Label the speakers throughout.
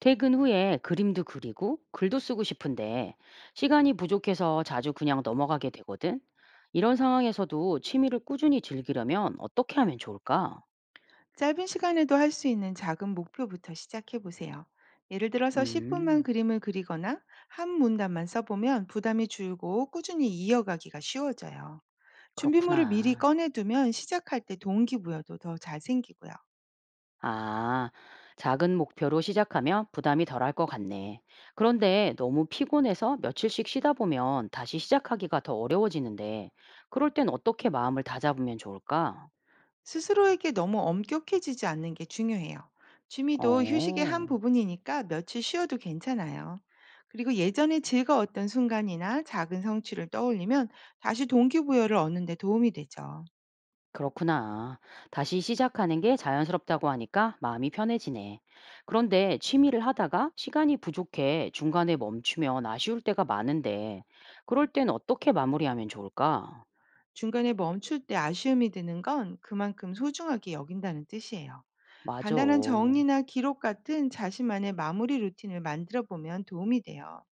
Speaker 1: 퇴근 후에 그림도 그리고 글도 쓰고 싶은데 시간이 부족해서 자주 그냥 넘어가게 되거든. 이런 상황에서도 취미를 꾸준히 즐기려면 어떻게 하면 좋을까?
Speaker 2: 짧은 시간에도 할 수 있는 작은 목표부터 시작해 보세요. 예를 들어서 10분만
Speaker 1: 음,
Speaker 2: 그림을 그리거나 한 문단만 써보면 부담이 줄고 꾸준히 이어가기가 쉬워져요. 준비물을 미리
Speaker 1: 그렇구나.
Speaker 2: 꺼내두면 시작할 때 동기부여도 더 잘 생기고요.
Speaker 1: 아, 작은 목표로 시작하면 부담이 덜할 것 같네. 그런데 너무 피곤해서 며칠씩 쉬다 보면 다시 시작하기가 더 어려워지는데, 그럴 땐 어떻게 마음을 다잡으면 좋을까?
Speaker 2: 스스로에게 너무 엄격해지지 않는 게 중요해요. 취미도 휴식의 한
Speaker 1: 어.
Speaker 2: 부분이니까 며칠 쉬어도 괜찮아요. 그리고 예전에 즐거웠던 순간이나 작은 성취를 떠올리면 다시 동기부여를 얻는 데 도움이 되죠.
Speaker 1: 그렇구나. 다시 시작하는 게 자연스럽다고 하니까 마음이 편해지네. 그런데 취미를 하다가 시간이 부족해 중간에 멈추면 아쉬울 때가 많은데, 그럴 땐 어떻게 마무리하면 좋을까?
Speaker 2: 중간에 멈출 때 아쉬움이 드는 건 그만큼 소중하게 여긴다는 뜻이에요.
Speaker 1: 맞아.
Speaker 2: 간단한 정리나 기록 같은 자신만의 마무리 루틴을 만들어 보면 도움이 돼요.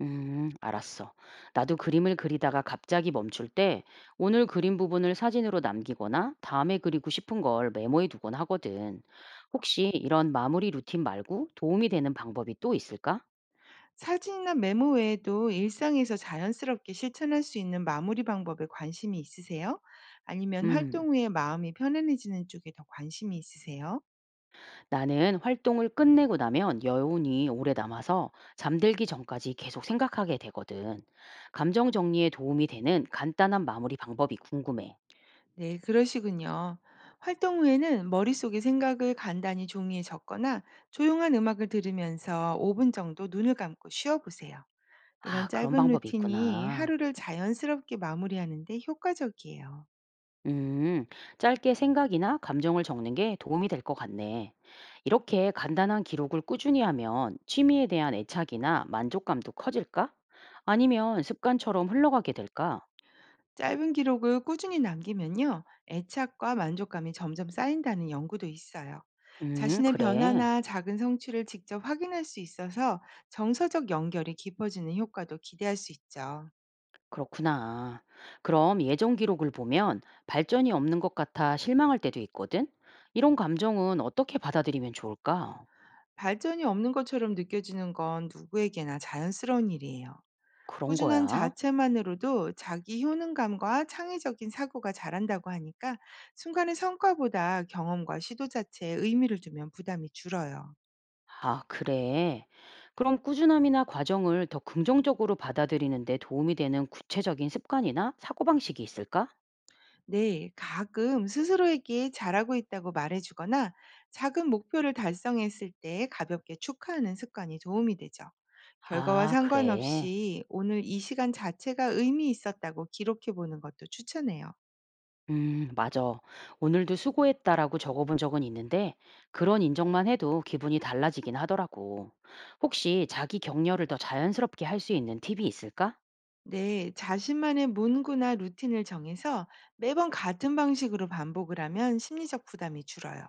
Speaker 1: 알았어. 나도 그림을 그리다가 갑자기 멈출 때, 오늘 그린 부분을 사진으로 남기거나 다음에 그리고 싶은 걸 메모해 두곤 하거든. 혹시 이런 마무리 루틴 말고 도움이 되는 방법이 또 있을까?
Speaker 2: 사진이나 메모 외에도 일상에서 자연스럽게 실천할 수 있는 마무리 방법에 관심이 있으세요? 아니면
Speaker 1: 음.
Speaker 2: 활동 후에 마음이 편안해지는 쪽에 더 관심이 있으세요?
Speaker 1: 나는 활동을 끝내고 나면 여운이 오래 남아서 잠들기 전까지 계속 생각하게 되거든. 감정 정리에 도움이 되는 간단한 마무리 방법이 궁금해.
Speaker 2: 네, 그러시군요. 활동 후에는 머릿속의 생각을 간단히 종이에 적거나 조용한 음악을 들으면서 5분 정도 눈을 감고 쉬어 보세요.
Speaker 1: 아,
Speaker 2: 이런
Speaker 1: 그런
Speaker 2: 짧은
Speaker 1: 방법이
Speaker 2: 루틴이
Speaker 1: 있구나.
Speaker 2: 하루를 자연스럽게 마무리하는데 효과적이에요.
Speaker 1: 음, 짧게 생각이나 감정을 적는 게 도움이 될 것 같네. 이렇게 간단한 기록을 꾸준히 하면 취미에 대한 애착이나 만족감도 커질까? 아니면 습관처럼 흘러가게 될까?
Speaker 2: 짧은 기록을 꾸준히 남기면요, 애착과 만족감이 점점 쌓인다는 연구도 있어요. 자신의
Speaker 1: 그래.
Speaker 2: 변화나 작은 성취를 직접 확인할 수 있어서 정서적 연결이 깊어지는 효과도 기대할 수 있죠.
Speaker 1: 그렇구나. 그럼 예전 기록을 보면 발전이 없는 것 같아 실망할 때도 있거든? 이런 감정은 어떻게 받아들이면 좋을까?
Speaker 2: 발전이 없는 것처럼 느껴지는 건 누구에게나 자연스러운 일이에요.
Speaker 1: 그런
Speaker 2: 꾸준한
Speaker 1: 거야.
Speaker 2: 자체만으로도 자기 효능감과 창의적인 사고가 자란다고 하니까 순간의 성과보다 경험과 시도 자체에 의미를 두면 부담이 줄어요.
Speaker 1: 아, 그래. 그럼 꾸준함이나 과정을 더 긍정적으로 받아들이는데 도움이 되는 구체적인 습관이나 사고방식이 있을까?
Speaker 2: 네, 가끔 스스로에게 잘하고 있다고 말해주거나 작은 목표를 달성했을 때 가볍게 축하하는 습관이 도움이 되죠. 결과와
Speaker 1: 아, 그래.
Speaker 2: 상관없이 오늘 이 시간 자체가 의미 있었다고 기록해 보는 것도 추천해요.
Speaker 1: 맞아. 오늘도 수고했다라고 적어본 적은 있는데, 그런 인정만 해도 기분이 달라지긴 하더라고. 혹시 자기 격려를 더 자연스럽게 할 수 있는 팁이 있을까?
Speaker 2: 네, 자신만의 문구나 루틴을 정해서 매번 같은 방식으로 반복을 하면 심리적 부담이 줄어요.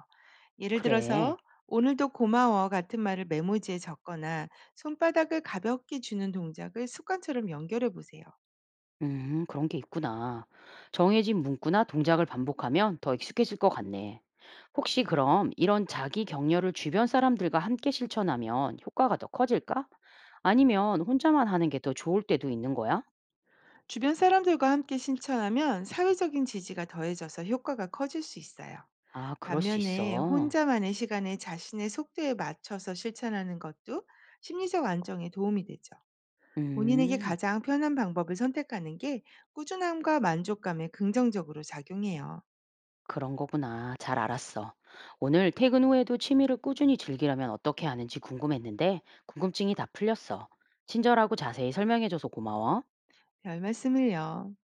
Speaker 2: 예를
Speaker 1: 그래.
Speaker 2: 들어서, 오늘도 고마워 같은 말을 메모지에 적거나 손바닥을 가볍게 주는 동작을 습관처럼 연결해 보세요.
Speaker 1: 그런 게 있구나. 정해진 문구나 동작을 반복하면 더 익숙해질 것 같네. 혹시 그럼 이런 자기 격려를 주변 사람들과 함께 실천하면 효과가 더 커질까? 아니면 혼자만 하는 게 더 좋을 때도 있는 거야?
Speaker 2: 주변 사람들과 함께 실천하면 사회적인 지지가 더해져서 효과가 커질 수 있어요.
Speaker 1: 아, 그럴 수
Speaker 2: 반면에
Speaker 1: 있어.
Speaker 2: 혼자만의 시간에 자신의 속도에 맞춰서 실천하는 것도 심리적 안정에 도움이 되죠. 본인에게
Speaker 1: 음.
Speaker 2: 가장 편한 방법을 선택하는 게 꾸준함과 만족감에 긍정적으로 작용해요.
Speaker 1: 그런 거구나. 잘 알았어. 오늘 퇴근 후에도 취미를 꾸준히 즐기려면 어떻게 하는지 궁금했는데 궁금증이 다 풀렸어. 친절하고 자세히 설명해줘서 고마워.
Speaker 2: 별 말씀을요.